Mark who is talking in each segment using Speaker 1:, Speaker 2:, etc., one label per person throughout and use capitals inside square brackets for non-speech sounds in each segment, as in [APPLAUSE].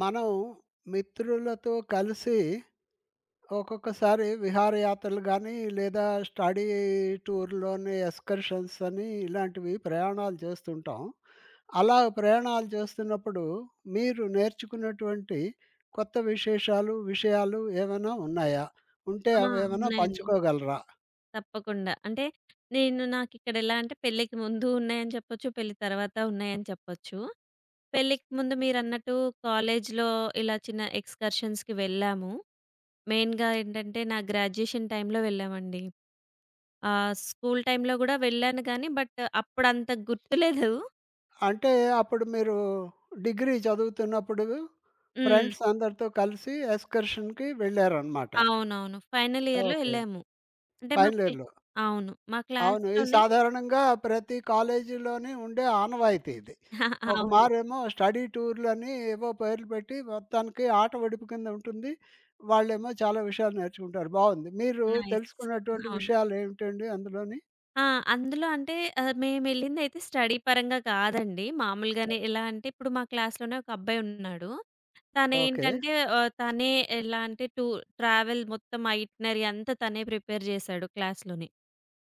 Speaker 1: మనం మిత్రులతో కలిసి ఒక్కొక్కసారి విహారయాత్రలు కానీ లేదా స్టడీ టూర్లోని ఎక్స్కర్షన్స్ అని ఇలాంటివి ప్రయాణాలు చేస్తుంటాం. అలా ప్రయాణాలు చేస్తున్నప్పుడు మీరు నేర్చుకున్నటువంటి కొత్త విశేషాలు, విషయాలు ఏమైనా ఉన్నాయా? ఉంటే
Speaker 2: ఆ!
Speaker 1: అవేమైనా
Speaker 2: ఉన్నాయండి.
Speaker 1: పంచుకోగలరా?
Speaker 2: తప్పకుండా. అంటే నేను నాకిక్కడెలా అంటే పెళ్ళికి ముందు ఉన్నాయని చెప్పొచ్చు. పెళ్లి తర్వాత ఉన్నాయని చెప్పొచ్చు. పెళ్ళికి ముందు మీరన్నట్టు కాలేజీలో ఇలా చిన్న ఎక్స్‌కర్షన్స్‌కి వెళ్ళాము. మెయిన్‌గా ఏంటంటే నా గ్రాడ్యుయేషన్ టైంలో వెళ్ళామండి. స్కూల్ టైంలో గూడా వెళ్ళాను గానీ అప్పుడంత గుర్తులేదు.
Speaker 1: అంటే అప్పుడు మీరు డిగ్రీ చదువుతున్నప్పుడు
Speaker 2: హ్మ్.
Speaker 1: ఫ్రెండ్స్ అందరితో కలిసి ఎక్స్కర్షన్‌కి వెళ్లారనమాట.
Speaker 2: అవునవును. ఫైనల్ ఇయర్‌లో
Speaker 1: ఓకే.
Speaker 2: ఎళ్ళాము. అంటే
Speaker 1: ఫైనల్
Speaker 2: మాకి
Speaker 1: ఇయర్‌లో.
Speaker 2: అవును. మా
Speaker 1: అవును. ఇది
Speaker 2: క్లాస్‌లోనే
Speaker 1: సాధారణంగా ప్రతి కాలేజీలోని ఉండే ఆనవాయితీ ఇది.
Speaker 2: [LAUGHS]
Speaker 1: ఒక
Speaker 2: అవును.
Speaker 1: మారేమో స్టడీ టూర్‌లని ఏవో పేర్లు పెట్టి మొత్తానికి ఆట ఒడిపు కింద ఉంటుంది. వాళ్ళేమో చాలా విషయాలు నేర్చుకుంటారు. బావుంది. మీరు
Speaker 2: నైస్.
Speaker 1: తెలుసుకున్నటువంటి
Speaker 2: అవును.
Speaker 1: విషయాలు ఏమిటండి అందులోని?
Speaker 2: ఆ! అందులో అంటే మేమెళ్ళిందయితే స్టడీ పరంగా కాదండి. మామూలుగానే ఎలా అంటే ఇప్పుడు మా క్లాస్‌లోనే ఒక అబ్బాయున్నాడు.
Speaker 1: ఓకే.
Speaker 2: తనేంటంటే తనే ఎలా అంటే ట్రావెల్ మొత్తం ఐటినరీ అంతా తనే ప్రిపేర్ జేశాడు క్లాస్‌లోనే.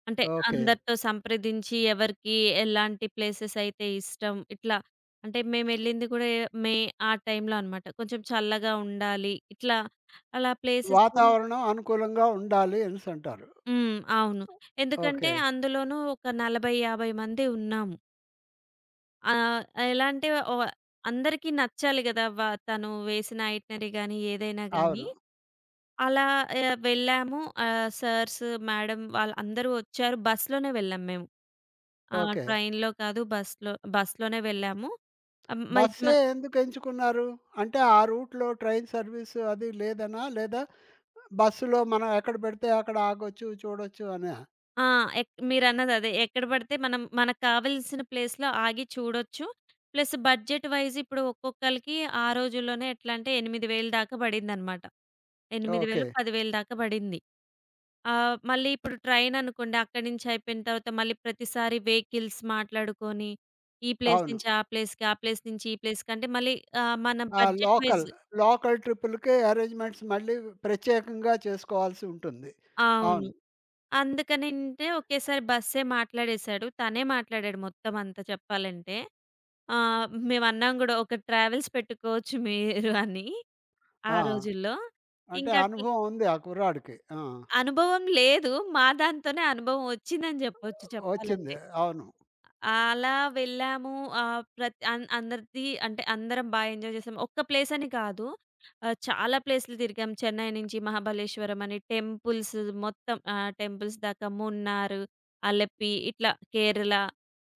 Speaker 2: అంటే
Speaker 1: ఓకే.
Speaker 2: అందరితో సంప్రదించి ఎవరికి ఎలాంటి ప్లేసెస్ అయితే ఇష్టం ఇట్లా. అంటే మేమెళ్ళింది కూడా మే ఆ టైంలో అనమాట. కొంచెం చల్లగా ఉండాలి. ఇట్లా అలా ప్లేసెస్ కూడా
Speaker 1: వాతావరణం అనుకూలంగా ఉండాలి అనేసంటారు.
Speaker 2: హ్మ్. అవును. ఎందుకంటే
Speaker 1: ఓకే.
Speaker 2: అందులోనూ ఒక 40, 50 మంది ఉన్నాము. ఆ! ఎలా అంటే ఓహ్! అందరికీ నచ్చాలి గదా! తను వేసిన ఐటినరీ గాని, ఏదైనా గాని.
Speaker 1: అవును.
Speaker 2: అలా వెళ్ళాము. ఆహ్, సార్స్, మేడం వాళ్ళందరూ వచ్చారు. బస్‌లోనే వెళ్ళాం మేము. ఆ!
Speaker 1: ఓకే.
Speaker 2: ట్రైన్‌లో కాదు బస్‌లో బస్‌లోనే వెళ్ళాము. ఆహ్, మధ్య మ
Speaker 1: బస్సే ఎందుకు ఎంచుకున్నారు? అంటే ఆ రూట్‌లో ట్రైన్ సర్వీస్ అది లేదనా? లేదా బస్సులో మనం ఎక్కడ పెడితే అక్కడ ఆగొచ్చు, చూడొచ్చు అనా?
Speaker 2: ఆ! మీరన్నదదే. ఎక్కడ పడితే మనం మనకు కావాల్సిన ప్లేస్‌లో ఆగి చూడొచ్చు. ప్లస్ బడ్జెట్ వైస్ ఇప్పుడు ఒక్కొక్కళ్ళకి ఆ రోజుల్లోనే ఎట్లా అంటే 8,000 దాకా పడిందనమాట. 8,000,
Speaker 1: ఓకే.
Speaker 2: 10,000 దాకా పడింది. మళ్ళీ ఇప్పుడు ట్రైననుకోండి అక్కడి నుంచి అయిపోయిన తర్వాత మళ్ళీ ప్రతిసారి వెహికల్స్ మాట్లాడుకొని, ఈ ప్లేస్
Speaker 1: అవును.
Speaker 2: నుంచి ఆ ప్లేస్‌కి, ఆ ప్లేస్ నుంచి ఈ ప్లేస్‌కంటే మళ్ళీ మన
Speaker 1: ఆ!
Speaker 2: బడ్జెట్
Speaker 1: లోకల్,
Speaker 2: వైస్
Speaker 1: లోకల్ ట్రిప్పులకి అరేంజ్‌మెంట్స్ మళ్ళీ ప్రత్యేకంగా చేసుకోవాల్సి ఉంటుంది.
Speaker 2: అవును.
Speaker 1: అవును.
Speaker 2: అందుకనంటే ఒకేసారి బస్సే మాట్లాడేశాడు. తనే మాట్లాడాడు మొత్తం అంతా చెప్పాలంటే. మేమన్నాం గూడా ఒక ట్రావెల్స్ పెట్టుకోవచ్చు మీరు [LAUGHS] అని ఆ
Speaker 1: ఆ!
Speaker 2: రోజుల్లో.
Speaker 1: అంటే
Speaker 2: ఇంకట్ల
Speaker 1: అనుభవం ఉంది ఆ కుర్రాడికి. ఆ!
Speaker 2: అనుభవం లేదు. మా దాంతోనే అనుభవం ఒచ్చిందని జెప్పొచ్చు
Speaker 1: వచ్చింది.
Speaker 2: చెప్పాలంటే.
Speaker 1: అవును.
Speaker 2: అలా వెళ్ళాము. ఆహ్, ప్రత్ అన్ అందరిది అంటే అందరం ఎంజాయ్ చేసాం. ఒక్క ప్లేస్ అని కాదు. చాలా ప్లేస్‌లు తిరిగాం. చెన్నై నుంచి మహాబలేశ్వరం అని టెంపుల్స్ మొత్తం టెంపుల్స్ దాకా మున్నార్, అలపి ఇట్లా కేరళ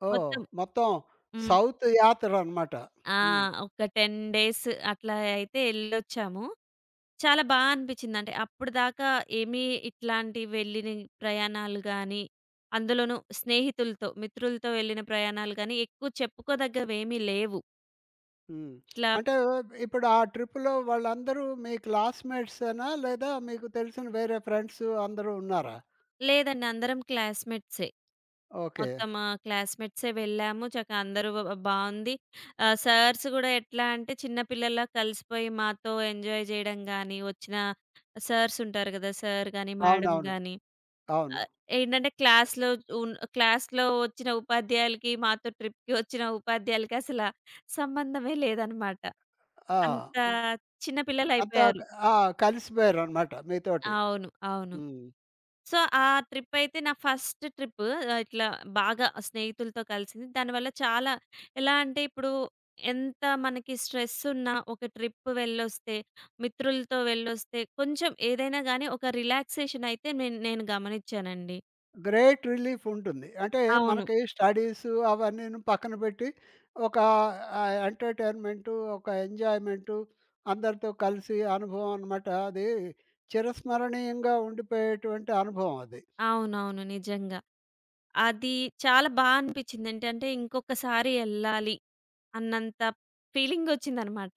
Speaker 1: ఓహ్!
Speaker 2: మొత్తం
Speaker 1: మొత్తం
Speaker 2: హ్మ్.
Speaker 1: సౌత్ యాత్రనమాట.
Speaker 2: ఆ!
Speaker 1: హ్మ్.
Speaker 2: ఒక 10 డేస్ అట్లా అయితే ఎళ్ళొచ్చాము. చాలా బా అనిపించిందంటే, అప్పటిదాకా ఏమీ ఇట్లాంటి వెళ్ళిన ప్రయాణాలు గానీ, అందులోనూ స్నేహితులతో, మిత్రులతో వెళ్ళిన ప్రయాణాలు గానీ, ఎక్కువ చెప్పుకోదగ్గవేమీ లేవు.
Speaker 1: హ్మ్.
Speaker 2: ఇట్లా
Speaker 1: అంటే ఇప్పుడు ఆ ట్రిప్‌లో వాళ్ళందరూ మీ క్లాస్‌మేట్సేనా? లేదా మీకు తెలిసిన వేరే ఫ్రెండ్స్ అందరూ ఉన్నారా?
Speaker 2: లేదండి. అందరం క్లాస్‌మేట్సే.
Speaker 1: ఓకే.
Speaker 2: మొత్తం క్లాస్‌మేట్సే వెళ్ళాము. చక్కగా అందరూ బావుంది. సార్స్ గూడా ఎట్లా అంటే, చిన్న పిల్లల్లా కలిసిపోయి మాతో ఎంజాయ్ జేయడం గానీ, వచ్చిన సార్సుంటారు గదా! సార్ గానీ, మేడమ్
Speaker 1: అవునవును.
Speaker 2: గానీ
Speaker 1: అవును.
Speaker 2: ఆహ్, ఏంటంటే క్లాస్‌లో క్లాస్‌లో వచ్చిన ఉపాధ్యాయులకి, మాతో ట్రిప్‌కి వచ్చిన ఉపాధ్యాయులకి సంబంధమే లేదనమాట.
Speaker 1: ఆ!
Speaker 2: అంత చిన్న
Speaker 1: అంతా
Speaker 2: పిల్లలయిపోయారు.
Speaker 1: ఆ! కలిసిపోయారనమాట మీతోటి.
Speaker 2: అవును. అవును.
Speaker 1: హ్మ్.
Speaker 2: సో, ఆ ట్రిప్పయితే నా ఫస్ట్ ట్రిప్పు. ఇట్లా బాగా స్నేహితులతో కలిసింది. దానివల్ల చాలా ఎలా అంటే, ఇప్పుడు ఎంత మనకి స్ట్రెస్సున్నా ఒక ట్రిప్ వెళ్ళొస్తే, మిత్రులతో వెళ్ళొస్తే కొంచెం ఏదైనా గానీ ఒక రిలాక్సేషనయితే నేను నేను గమనిచ్చానండి.
Speaker 1: గ్రేట్ రిలీఫ్ ఉంటుంది. అంటే
Speaker 2: అవును.
Speaker 1: మనకి స్టడీసు అవన్నీను పక్కన పెట్టి, ఒక ఎంటర్‌టైన్‌మెంటు, ఒక ఎంజాయ్‌మెంటు అందరితో కలిసి అనుభవం అనమాట. అది చిరస్మరణీయంగా ఉండిపోయేటువంటి అనుభవం అది.
Speaker 2: అవునవును. నిజంగా. అది చాలా బా అనిపిచ్చింది. ఏంటంటే ఇంకొకసారి ఎళ్ళాలి అన్నంత ఫీలింగొచ్చిందనమాట.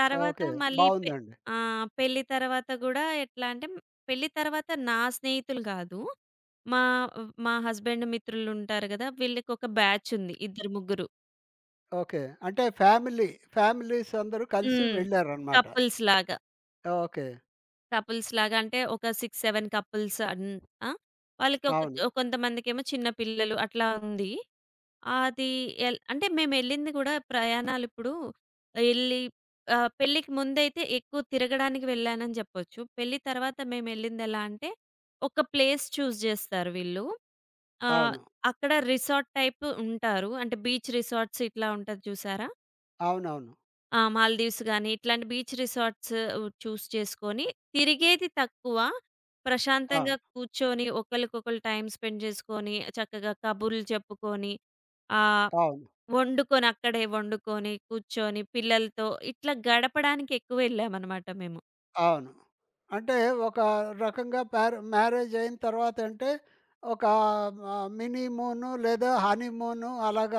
Speaker 2: తర్వాత
Speaker 1: ఓకే.
Speaker 2: మళ్ళీ
Speaker 1: బావుందండి.
Speaker 2: ఆ! పెళ్లి తర్వాత గూడా ఎట్లా అంటే పెళ్లి తర్వాత నా స్నేహితులు గాదు. మా మా హస్బెండ్ మిత్రులుంటారు గదా! వీళ్ళకొక బ్యాచుంది. ఇద్దరు ముగ్గురు.
Speaker 1: ఓకే. అంటే ఫ్యామిలీస్ అందరూ కలిసి
Speaker 2: హ్మ్.
Speaker 1: వెళ్లారనమాట.
Speaker 2: కపుల్స్‌లాగా.
Speaker 1: ఓకే.
Speaker 2: కపుల్స్‌లాగా అంటే ఒక 6, 7 కపుల్స్ ఆ! వాళ్ళకి ఒక
Speaker 1: అవును.
Speaker 2: కొంతమందికేమో చిన్న పిల్లలు అట్లా ఉంది. అది అంటే మేమెళ్ళింది గూడా ప్రయాణాలిప్పుడు ఎళ్లి పెళ్ళికి ముందైతే ఎక్కువ తిరగడానికి వెళ్ళానని జెప్పొచ్చు. పెళ్లి తర్వాత మేమెళ్ళిందెలా అంటే ఒక ప్లేస్ చూజ్ జేస్తారు వీళ్ళు. ఆహ్,
Speaker 1: అవును.
Speaker 2: అక్కడ రిసార్ట్ టైప్ ఉంటారు. అంటే బీచ్ రిసార్ట్స్ ఇట్లా ఉంటది చూసారా?
Speaker 1: అవునవును.
Speaker 2: ఆ! మాల్దీవ్స్ గాని, ఇట్లాంటి బీచ్ రిసార్ట్స్ చేసుకొని, తిరిగేది తక్కువ.
Speaker 1: ఆ!
Speaker 2: ప్రశాంతంగా కూర్చొని, ఒకళ్ళకొకళ్ళు టైమ్ స్పెండ్ చేసుకొని, చక్కగా కబుర్లు చెప్పుకొని, ఆహ్,
Speaker 1: అవును.
Speaker 2: వండుకొని అక్కడే వండుకొని, కూర్చొని పిల్లలతో ఇట్లా గడపడానికి ఎక్కువ వెళ్ళామనమాట మేము.
Speaker 1: అవును. అంటే ఒక రకంగా ప్యార్ మ్యారేజ్ అయిన తర్వాతంటే ఒక మినీ మూను లేదా హనీమూను అలాగా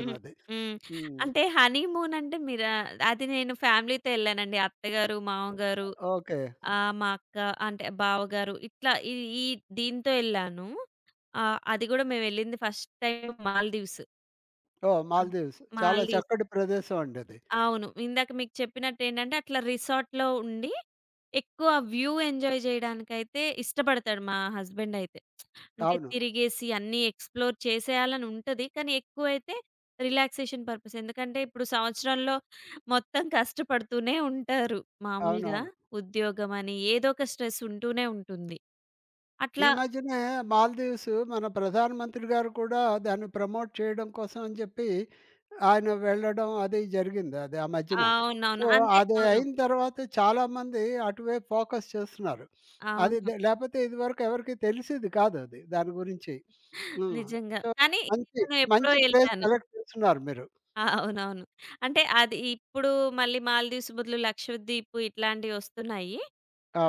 Speaker 2: హ్మ్. హ్మ్.
Speaker 1: హ్మ్.
Speaker 2: అంటే హనీమూన్ అంటే మీరా అది నేను ఫ్యామిలీతో ఎళ్ళానండి. అత్తగారు, మామగారు
Speaker 1: ఓకే.
Speaker 2: ఆ! మా అక్క అంటే బావగారు ఇట్లా ఈ ఈ దీంతో ఎళ్ళాను. అది గూడా మేమెళ్ళింది ఫస్ట్ టైమ్ మాల్‌దీవ్స్.
Speaker 1: ఓహ్!
Speaker 2: ఆ!
Speaker 1: మాల్దీవ్స్ చాలా
Speaker 2: మాల్‌దీవ్స్.
Speaker 1: చక్కటి ప్రదేశం అండి అది.
Speaker 2: అవును. ఇందాక మీకు చెప్పినట్టేంటంటే, అట్లా రిసార్ట్‌లో ఉండి, ఎక్కువ వ్యూ ఎంజాయ్ జేయడానికైతే ఇష్టపడతాడు మా హస్బెండయితే. అంటే
Speaker 1: అవును.
Speaker 2: తిరిగేసి అన్నీ ఎక్స్‌ప్లోర్ చేసేయాలని ఉంటది. కానీ ఎక్కువైతే రిలాక్సేషన్ పర్పస్. ఎందుకంటే, ఇప్పుడు సంవత్సరంలో మొత్తం కష్టపడుతూనే ఉంటారు మామూలుగా.
Speaker 1: అవునవును.
Speaker 2: ఉద్యోగమని ఏదో ఒక స్ట్రెస్ ఉంటూనే ఉంటుంది.
Speaker 1: ఈ
Speaker 2: అట్లా
Speaker 1: మధ్యనే మాల్దీవ్స్ మన ప్రధానమంత్రి గారు కూడా దాన్ని ప్రమోట్ చేయడం కోసం అని చెప్పి ఆయన వెళ్ళడం అది జరిగింది. అది ఆ మధ్యన. సో,
Speaker 2: అవునవును. అంతే.
Speaker 1: అది
Speaker 2: అవును.
Speaker 1: అయిన తర్వాత చాలామంది అటువైపు ఫోకస్ చేస్తున్నారు. అది
Speaker 2: అవును.
Speaker 1: దె లేపోతే ఇదివరకు ఎవరికీ తెలిసేది కాదది దాని గురించి. హ్మ్.
Speaker 2: నిజంగా.
Speaker 1: సో,
Speaker 2: కానీ
Speaker 1: మంచి,
Speaker 2: నేను ఎప్పుడో
Speaker 1: మంచి ప్లేస్
Speaker 2: యెళ్ళాను.
Speaker 1: సెలెక్ట్ చేసుకున్నారు మీరు.
Speaker 2: ఆ! అవునవును. అంటే అది ఇప్పుడు మళ్ళీ 'మాల్దీవ్స్' బదులు 'లక్షద్వీప్' ఇట్లాంటివొస్తున్నాయి.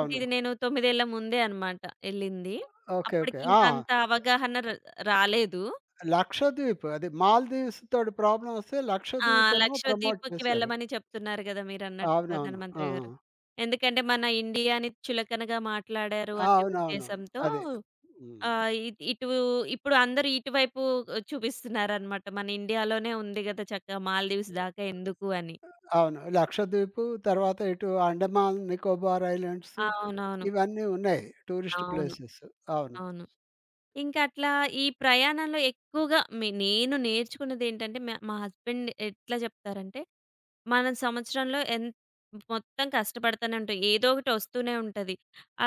Speaker 2: ఇది నేను 9 ఏళ్ల ముందే అన్నమాట ఎళ్ళింది.
Speaker 1: ఓకే. ఓకే.
Speaker 2: అప్పటికింక
Speaker 1: ఆ!
Speaker 2: అంత అవగాహన రాలేదు.
Speaker 1: 'లక్షద్వీప్' అది మాల్‌దీవ్స్ తోటి ప్రాబ్లమ్ వస్తే
Speaker 2: ఆ!
Speaker 1: 'లక్షద్వీప్' ఏమో ప్రమోట్
Speaker 2: 'లక్షద్వీప్‌కి'
Speaker 1: చేశారు.
Speaker 2: వెళ్ళమని చెప్తున్నారు గదా! మీరన్నట్టు
Speaker 1: అవునవును.
Speaker 2: ప్రధానమంత్రి
Speaker 1: ఆ!
Speaker 2: గారు. ఎందుకంటే మన ఇండియాని చులకనగా మాట్లాడారు
Speaker 1: ఆ!
Speaker 2: అనే
Speaker 1: అవునవునవును.
Speaker 2: ఉద్దేశంతో
Speaker 1: అదే. హ్మ్.
Speaker 2: ఆహ్, ఇ ఇటు ఇప్పుడు అందరూ ఇటువైపు చూపిస్తున్నారన్నమాట. మన ఇండియాలోనే ఉంది గదా! చక్కగా 'మాల్దీవ్స్' దాకా ఎందుకు అని.
Speaker 1: అవును. లక్షద్వీపు తర్వాత ఇటు అండమాన్, నికోబార్ ఐలాండ్స్
Speaker 2: అవునవును.
Speaker 1: ఇవన్నీ ఉన్నాయి. టూరిస్ట్
Speaker 2: అవును.
Speaker 1: ప్లేసెస్. అవును.
Speaker 2: అవును. ఇంకా అట్లా ఈ ప్రయాణంలో ఎక్కువగా నేను నేర్చుకున్నదేంటంటే మ మా మా హస్బెండ్ ఎట్లా చెప్తారంటే, మనం సంవత్సరంలో మొత్తం కష్టపడతానే ఉంటాం. ఏదో ఒకటి వస్తూనే ఉంటది.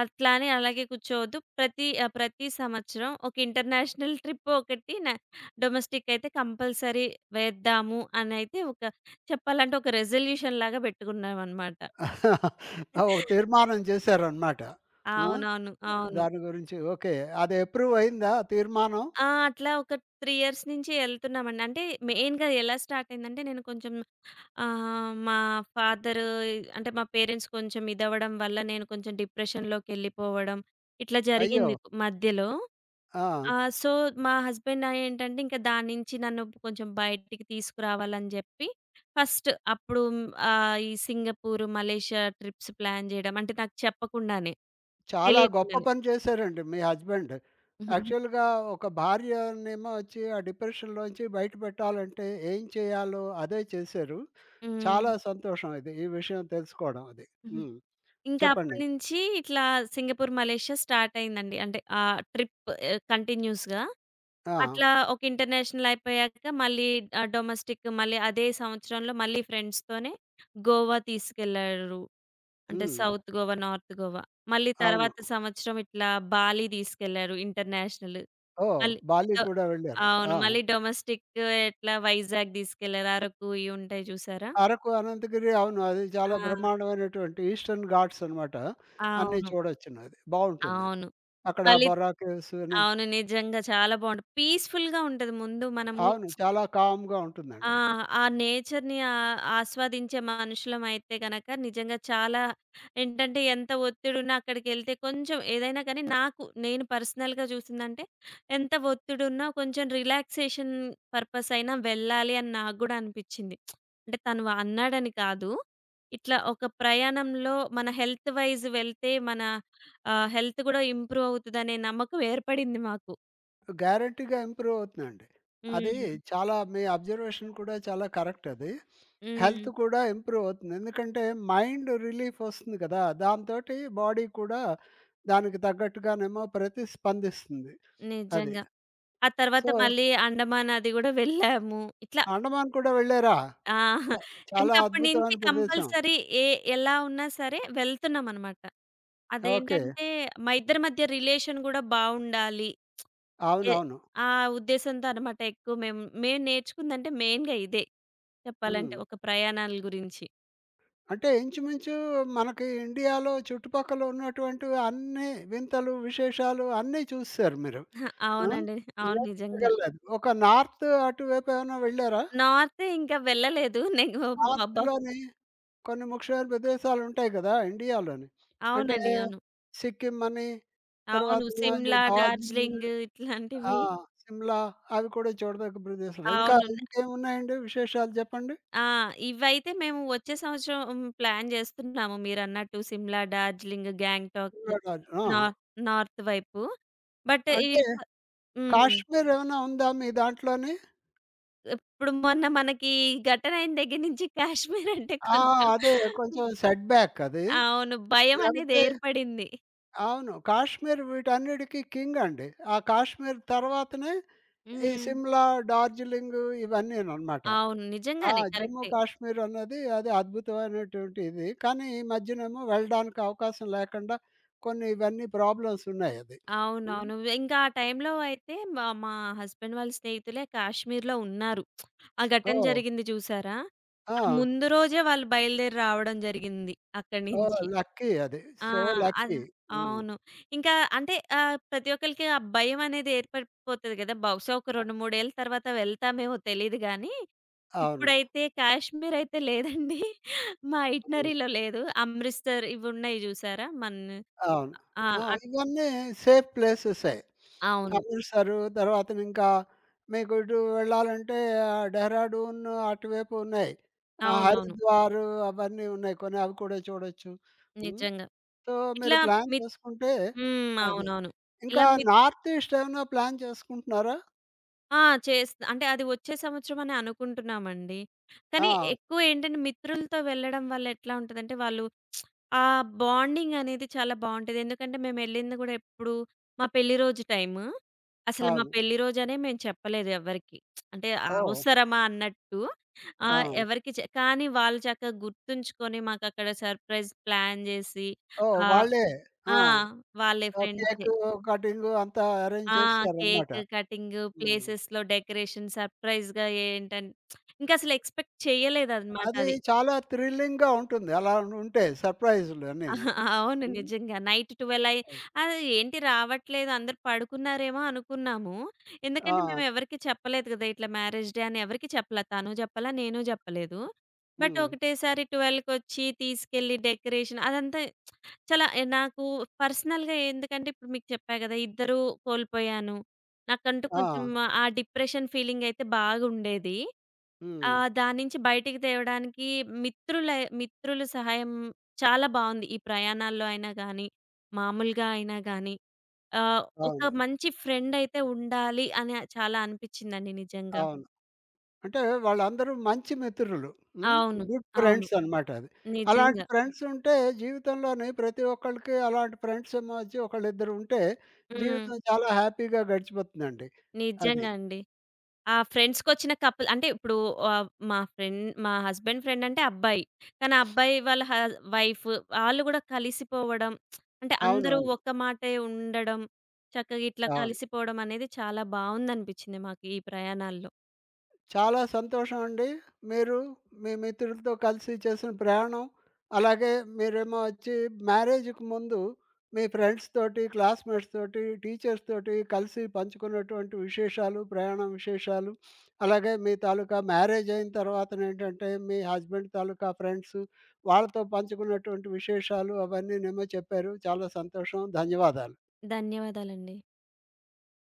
Speaker 2: అట్లా అని అలాగే కూర్చోవద్దు. ప్రతి సంవత్సరం ఒక ఇంటర్నేషనల్ [LAUGHS] ట్రిప్ ఒకటి డొమెస్టిక్ అయితే కంపల్సరీ వేద్దాము అనైతే ఒక చెప్పాలంటే ఒక రిజల్యూషన్ లాగా పెట్టుకున్నామనమాట.
Speaker 1: [LAUGHS] ఆ, ఒక
Speaker 2: [LAUGHS]
Speaker 1: తీర్మానం చేశారనమాట. ఆ!
Speaker 2: అవునవును. అవును.
Speaker 1: దాని గురించి ఓకే. అది అప్రూవ్ అయిందా ఆ తీర్మానం?
Speaker 2: ఆ! అట్లా ఒక 3 ఇయర్స్ నుంచి ఎళ్తున్నామండి. అంటే మెయిన్‌గా ఎలా స్టార్ట్ అయిందంటే నేను కొంచెం మా ఫాదరు అంటే మా పేరెంట్స్ కొంచెం ఇదవ్వడం వల్ల నేను కొంచెం డిప్రెషన్‌లోకెళ్ళిపోవడం ఇట్లా
Speaker 1: అయ్యో!
Speaker 2: జరిగింది మధ్యలో.
Speaker 1: ఆ!
Speaker 2: ఆహ్, సో, మా హస్బెండ్ ఏంటంటే ఇంకా దాని నుంచి నన్ను కొంచెం బయటికి తీసుకురావాలని జెప్పి ఫస్ట్ అప్పుడు ఈ సింగపూర్, మలేషియా ట్రిప్స్ ప్లాన్ జేయడం అంటే నాకు చెప్పకుండానే,
Speaker 1: చాలా గొప్ప
Speaker 2: తెలియకుండానే.
Speaker 1: పని చేశారండి మీ హస్బెండ్.
Speaker 2: [LAUGHS]
Speaker 1: యాక్చువల్‌గా ఒక భార్యనేమో వచ్చి ఆ డిప్రెషన్‌లోంచి బయట పెట్టాలంటే ఏం చేయాలో అదే చేశారు.
Speaker 2: హ్మ్.
Speaker 1: చాలా సంతోషం ఇది. ఈ విషయం తెలుసుకోవడం అది. హ్మ్.
Speaker 2: ఇంకా
Speaker 1: చెప్పండి.
Speaker 2: అప్పటినుంచి ఇట్లా సింగపూర్, మలేషియా స్టార్ట్ అయిందండి. అంటే ఆ ట్రిప్ కంటిన్యూస్‌గా.
Speaker 1: ఆ!
Speaker 2: అట్లా ఒక ఇంటర్నేషనల్ అయిపోయాక మళ్ళీ డొమెస్టిక్ మళ్ళీ అదే సంవత్సరంలో మళ్ళీ ఫ్రెండ్స్‌తోనే గోవా తీసుకెళ్లారు. అంటే
Speaker 1: హ్మ్.
Speaker 2: South Goa, north Goa. మళ్ళీ
Speaker 1: అవును.
Speaker 2: తర్వాత సంవత్సరం ఇట్లా బాలి తీసుకెళ్లారు ఇంటర్నేషనల్.
Speaker 1: ఓహ్!
Speaker 2: మళ్ళీ
Speaker 1: బాలి
Speaker 2: డొ
Speaker 1: కూడా వెళ్లారు.
Speaker 2: అవును.
Speaker 1: ఆ!
Speaker 2: మళ్ళీ డొమెస్టిక్ ఎట్లా వైజాగ్ తీసుకెళ్లారు. అరకు ఇయి ఉంటాయి చూసారా?
Speaker 1: అరకు, అనంతగిరి అవును. అది చాలా
Speaker 2: ఆ!
Speaker 1: బ్రహ్మాండమైనటువంటి ఈస్టర్న్ ఘాట్స్ అనమాట. అన్నీ
Speaker 2: అవును.
Speaker 1: చూడొచ్చును అది. బావుంటుందది.
Speaker 2: అవును.
Speaker 1: అక్కడ
Speaker 2: మళ్ళీ
Speaker 1: బొర్రా కేవ్స్ అని
Speaker 2: అవును. నిజంగా చాలా బావుంటది. పీస్‌ఫుల్‌గా ఉంటది. ముందు మనము
Speaker 1: అవును. చాలా కామ్‌గా
Speaker 2: ఆ!
Speaker 1: ఉంటుందండి.
Speaker 2: ఆ నేచర్‌ని ఆస్వాదించే మనుషులమయితే గనక నిజంగా చాలా ఏంటంటే ఎంత ఒత్తిడున్నా అక్కడికెళ్తే కొంచెం ఏదైనా కానీ నాకు నేను పర్సనల్‌గా చూసిందంటే ఎంత ఒత్తిడున్నా కొంచెం రిలాక్సేషన్ పర్పస్ అయినా వెళ్ళాలి అని నాకు గూడా అనిపిచ్చింది. అంటే తను అన్నాడని కాదు. ఇట్లా ఒక ప్రయాణంలో మన హెల్త్ వైస్ వెళ్తే మన హెల్త్ గూడా ఇంప్రూవ్ అవుతదనే నమ్మకం ఏర్పడింది మాకు.
Speaker 1: గ్యారంటీగా ఇంప్రూవ్ అవుతుందండి. అది
Speaker 2: హ్మ్.
Speaker 1: చాలా మీ అబ్జర్వేషన్ కూడా చాలా కరెక్ట్ అది.
Speaker 2: హ్మ్.
Speaker 1: హెల్త్ కూడా ఇంప్రూవ్ అవుతుంది. ఎందుకంటే మైండ్ రిలీఫ్ వస్తుంది కదా! దాంతోటి బాడీ కూడా దానికి తగ్గట్టుగానేమో ప్రతిస్పందిస్తుంది. అది.
Speaker 2: నిజంగా. ఆ తర్వాత
Speaker 1: సో,
Speaker 2: మళ్ళీ అండమాన్ అది గూడా వెళ్ళాము. ఇట్లా
Speaker 1: అండమాన్ కూడా వెళ్ళారా?
Speaker 2: ఆ!
Speaker 1: ఆ! చాలా
Speaker 2: ఇంకప్పటి నుంచి
Speaker 1: అద్భుతమైన ప్రదేశం.
Speaker 2: కంపల్సరీ ఏ ఎలా ఉన్నా సరే వెళ్తున్నామనమాట.
Speaker 1: ఓకే.
Speaker 2: అదేంటంటే, మా ఇద్దరి మధ్య రిలేషన్ గూడా బావుండాలి. ఎ
Speaker 1: అవునవును.
Speaker 2: ఆ ఉద్దేశంతో అనమాట ఎక్కువ మేము మేము నేర్చుకుందంటే మెయిన్‌గా ఇదే చెప్పాలంటే
Speaker 1: హ్మ్.
Speaker 2: ఒక ప్రయాణాల గురించి.
Speaker 1: అంటే ఇంచుమించు మనకి ఇండియాలో చుట్టుపక్కల ఉన్నటువంటి అన్ని వింతలు, విశేషాలు అన్నీ చూసేసారు మీరు. ఆ!
Speaker 2: అవునండి. అవును.
Speaker 1: ఏం
Speaker 2: నిజంగా.
Speaker 1: మిగల్లేదు. ఒక నార్త్ అటువైపు ఏమైనా వెళ్ళారా?
Speaker 2: నార్త్ ఇంకా వెళ్ళలేదు. నేను మా అబ్బా!
Speaker 1: నార్త్‌లోని కొన్ని ముఖ్యమైన ప్రదేశాలుంటాయి కదా! ఇండియాలోని. అంటే
Speaker 2: అవునండి. అవును.
Speaker 1: సిక్కిం అని,
Speaker 2: అవును.
Speaker 1: తర్వాత
Speaker 2: సిమ్లా,
Speaker 1: డార్జిలింగ్,
Speaker 2: డార్జిలింగ్
Speaker 1: ఆ!
Speaker 2: ఇట్లాంటివి.
Speaker 1: 'సిమ్లా' అవి కూడా చూడదగ్గ ప్రదేశాలు. ఇంకా
Speaker 2: అవును.
Speaker 1: ఇంకేమున్నాయండి విశేషాలు చెప్పండి?
Speaker 2: ఆ! ఇవైతే మేము వచ్చే సంవత్సరం హ్మ్, ప్లాన్ చేస్తున్నాము మీరన్నట్టు సిమ్లా, డార్జిలింగ్, గ్యాంగ్టాక్
Speaker 1: చూడరాదు. ఆ!
Speaker 2: నా నార్త్ వైపు. బట్ ఈ
Speaker 1: అంటే
Speaker 2: స హ్మ్.
Speaker 1: కాశ్మీర్ ఏమైనా ఉందా మీ దాంట్లోని?
Speaker 2: ఇప్పుడు మొన్న మనకి ఘటన అయిన దగ్గర నుంచి కాశ్మీర్ అంటే
Speaker 1: ఆ!
Speaker 2: కొంచెం
Speaker 1: అదే కొంచెం సెట్ బ్యాక్ అది.
Speaker 2: అవును. భయం అనేది
Speaker 1: లేకపోతే
Speaker 2: ఏర్పడింది.
Speaker 1: అవును. కాశ్మీర్ వీటన్నిటికి కింగ్ అండి. ఆ కాశ్మీర్ తర్వాతనే ఈ
Speaker 2: హ్మ్.
Speaker 1: సిమ్లా, డార్జిలింగ్ ఇవన్నీననమాట.
Speaker 2: అవును.
Speaker 1: ఆ!
Speaker 2: నిజంగానే
Speaker 1: జమ్మూ
Speaker 2: కరెక్టే.
Speaker 1: కాశ్మీర్ అన్నది అది అద్భుతమైనటువంటి ఇది. కానీ ఈ మధ్యనేమో వెళ్ళడానికి అవకాశం లేకుండా కొన్ని ఇవన్నీ ప్రాబ్లమ్స్ ఉన్నాయి అది. హ్మ్.
Speaker 2: అవునవును. ఇంకా ఆ టైంలో అయితే మా మా హస్బెండ్ వాళ్ళ స్నేహితులే కాశ్మీర్‌లో ఉన్నారు. ఆ ఘటన
Speaker 1: ఓహ్!
Speaker 2: జరిగింది చూసారా?
Speaker 1: ఆ!
Speaker 2: ఆ ముందు రోజే వాళ్ళు బయలుదేరి రావడం జరిగింది అక్కడి
Speaker 1: ఓహ్!
Speaker 2: నుంచి.
Speaker 1: లక్కీ అది.
Speaker 2: ఆ!
Speaker 1: సో,
Speaker 2: అద
Speaker 1: లక్కీ. హ్మ్.
Speaker 2: అవును. ఇంకా అంటే ప్రతి ఒక్కళ్ళకి ఆ భయం అనేది ఏర్పడిపోతది గదా! బహుశా ఒక 2, 3 ఏళ్ల తర్వాత వెళ్తామేమో తెలీదు గానీ,
Speaker 1: అవును.
Speaker 2: ఇప్పుడైతే కాశ్మీర్ అయితే లేదండి. [LAUGHS] మా
Speaker 1: హ్మ్.
Speaker 2: ఇటినరీలో లేదు. అమృత్‌సర్ ఇవి ఉన్నాయి జూసారా?
Speaker 1: అవును.
Speaker 2: ఆ!
Speaker 1: ఆ!
Speaker 2: అట్
Speaker 1: ఇవన్నీ సేఫ్ ప్లేసెసే.
Speaker 2: అవును.
Speaker 1: అమృత్‌సర్ తర్వాతనింకా మీకు ఇటు వెళ్ళాలంటే డెహ్రాడూన్ అటువైపు ఉన్నాయి.
Speaker 2: అవునవును.
Speaker 1: హరిద్వార్ అవన్నీ ఉన్నాయి. కొన్ని అవి కూడా చూడొచ్చు. హ్మ్.
Speaker 2: నిజంగా.
Speaker 1: సో, మీరు
Speaker 2: ఇట్లా
Speaker 1: ప్లాన్
Speaker 2: మిత్
Speaker 1: చేసుకుంటే
Speaker 2: హ్మ్.
Speaker 1: అది.
Speaker 2: అవునవును.
Speaker 1: ఇంకా
Speaker 2: ఇలా మి
Speaker 1: నార్త్ ఈస్ట్ ఏమైనా ప్లాన్ చేసుకుంటున్నారా?
Speaker 2: ఆ! చేస్ అంటే అది వచ్చే సంవత్సరం అని అనుకుంటున్నామండి. కానీ
Speaker 1: ఆ!
Speaker 2: ఎక్కువ ఏంటంటే మిత్రులతో వెళ్ళడం వల్ల ఎట్లా ఉంటదంటే వాళ్ళు ఆ బాండింగ్ అనేది చాలా బావుంటది. ఎందుకంటే మేమెళ్ళింది గూడా ఎప్పుడు మా పెళ్లి రోజు టైము. అసలు మా
Speaker 1: అవును.
Speaker 2: పెళ్లి రోజనే మేము చెప్పలేదు ఎవ్వరికీ. అంటే
Speaker 1: ఓహ్!
Speaker 2: అవసరమా అన్నట్టు.
Speaker 1: ఆ!
Speaker 2: ఆహ్, ఎవరికీ చె కానీ వాళ్ళు చక్కగా గుర్తుంచుకొని మాకక్కడ సర్ప్రైజ్ ప్లాన్ జేసి
Speaker 1: ఓహ్!
Speaker 2: ఆహ్,
Speaker 1: వాళ్ళే. ఆ!
Speaker 2: ఆ! వాళ్ళే
Speaker 1: ఆ!
Speaker 2: ఫ్రెండ్సే.
Speaker 1: కేకు కటింగు అంతా అరేంజ్
Speaker 2: ఆ!
Speaker 1: చేస్తారనమాట.
Speaker 2: కేక్ కటింగు,
Speaker 1: హ్మ్.
Speaker 2: ప్లేసెస్‌లో డెకరేషన్ సర్ప్రైజ్‌గా ఇంకా అసలు ఎక్స్‌పెక్ట్ చేయలేదన్నమాట
Speaker 1: అది
Speaker 2: అది.
Speaker 1: చాలా థ్రిల్లింగ్‌గా ఉంటుంది. అలా ఉంటే సర్‌ప్రైజులు అన్నీను.
Speaker 2: ఆహా, అవును.
Speaker 1: హ్మ్.
Speaker 2: నిజంగా. నైట్ 12 అయి
Speaker 1: అది.
Speaker 2: అది ఏంటి రావట్లేదు అందరూ పడుకున్నారేమో అనుకున్నాము.
Speaker 1: ఆ!
Speaker 2: ఎందుకంటే మేము ఎవరికీ చెప్పలేదు కదా! ఇట్లా మ్యారేజ్ డే అని ఎవరికీ చెప్పలా. తను చెప్పలా, నేను చెప్పలేదు.
Speaker 1: హ్మ్.
Speaker 2: ఒకటేసారి 12 కొచ్చి తీసుకెళ్ళి డెకరేషన్ అదంతా చాలా నాకు పర్సనల్‌గా ఎందుకంటే ఇప్పుడు మీకు చెప్పా గదా! ఇద్దరూ కోల్పోయాను. నాకంటూ
Speaker 1: ఆ!
Speaker 2: కొంచెం ఆ డిప్రెషన్ ఫీలింగ్ అయితే బాగుండేది.
Speaker 1: హ్మ్.
Speaker 2: దాని నుంచి బయటికి తేవడానికి మిత్రుల మిత్రుల సహాయం చాలా బావుంది. ఈ ప్రయాణాల్లో అయినా గానీ, మామూలుగా అయినా గానీ ఆహ్, ఒక
Speaker 1: అవును.
Speaker 2: మంచి ఫ్రెండ్ అయితే ఉండాలి అని చాలా అనిపిచ్చిందండి నిజంగా.
Speaker 1: అవును. అంటే వాళ్ళందరూ మంచి మిత్రులు. హ్మ్.
Speaker 2: అవును.
Speaker 1: గుడ్
Speaker 2: అవును.
Speaker 1: ఫ్రెండ్స్ అనమాట అది. అలాంటి
Speaker 2: నిజంగా.
Speaker 1: ఫ్రెండ్స్ ఉంటే జీవితంలోని ప్రతి ఒక్కళ్ళకి అలాంటి ఫ్రెండ్స్ ఏమో వచ్చి ఒకళ్ళిద్దరు ఉంటే
Speaker 2: హ్మ్.
Speaker 1: జీవితం చాలా హ్యాపీగా గడిచిపోతుందండి. అది.
Speaker 2: నిజంగా అండి. ఆ! ఫ్రెండ్స్‌కొచ్చిన కపుల్ అంటే ఇప్పుడు ఆహ్, మా ఫ్రెండ్ మా హస్బెండ్ ఫ్రెండ్ అంటే అబ్బాయి. కానీ ఆ అబ్బాయి వాళ్ళ వైఫ్ ఆళ్ళు గూడా కలిసిపోవడం అంటే అందరూ
Speaker 1: అవునవును.
Speaker 2: ఒక్క మాటే ఉండడం, చక్కగా ఇట్లా
Speaker 1: అవును.
Speaker 2: కలిసిపోవడం అనేది చాలా బావుందనిపించింది మాకు ఈ ప్రయాణాల్లో.
Speaker 1: చాలా సంతోషం అండి. మీరు మీ మిత్రులతో కలిసి చేసిన ప్రయాణం, అలాగే మీరేమో వచ్చి మ్యారేజ్‌కి ముందు మీ ఫ్రెండ్స్ తోటి, క్లాస్‌మేట్స్ తోటి, టీచర్స్ తోటి కలిసి పంచుకున్నటువంటి విశేషాలు, ప్రయాణం విశేషాలు, అలాగే మీ తాలూకా మ్యారేజ్ అయిన తర్వాతనేంటంటే మీ హస్బెండ్ తాలూకా ఫ్రెండ్స్ వాళ్ళతో పంచుకున్నటువంటి విశేషాలు అవన్నీనేమో చెప్పారు. చాలా సంతోషం. ధన్యవాదాలు.
Speaker 2: ధన్యవాదాలండి.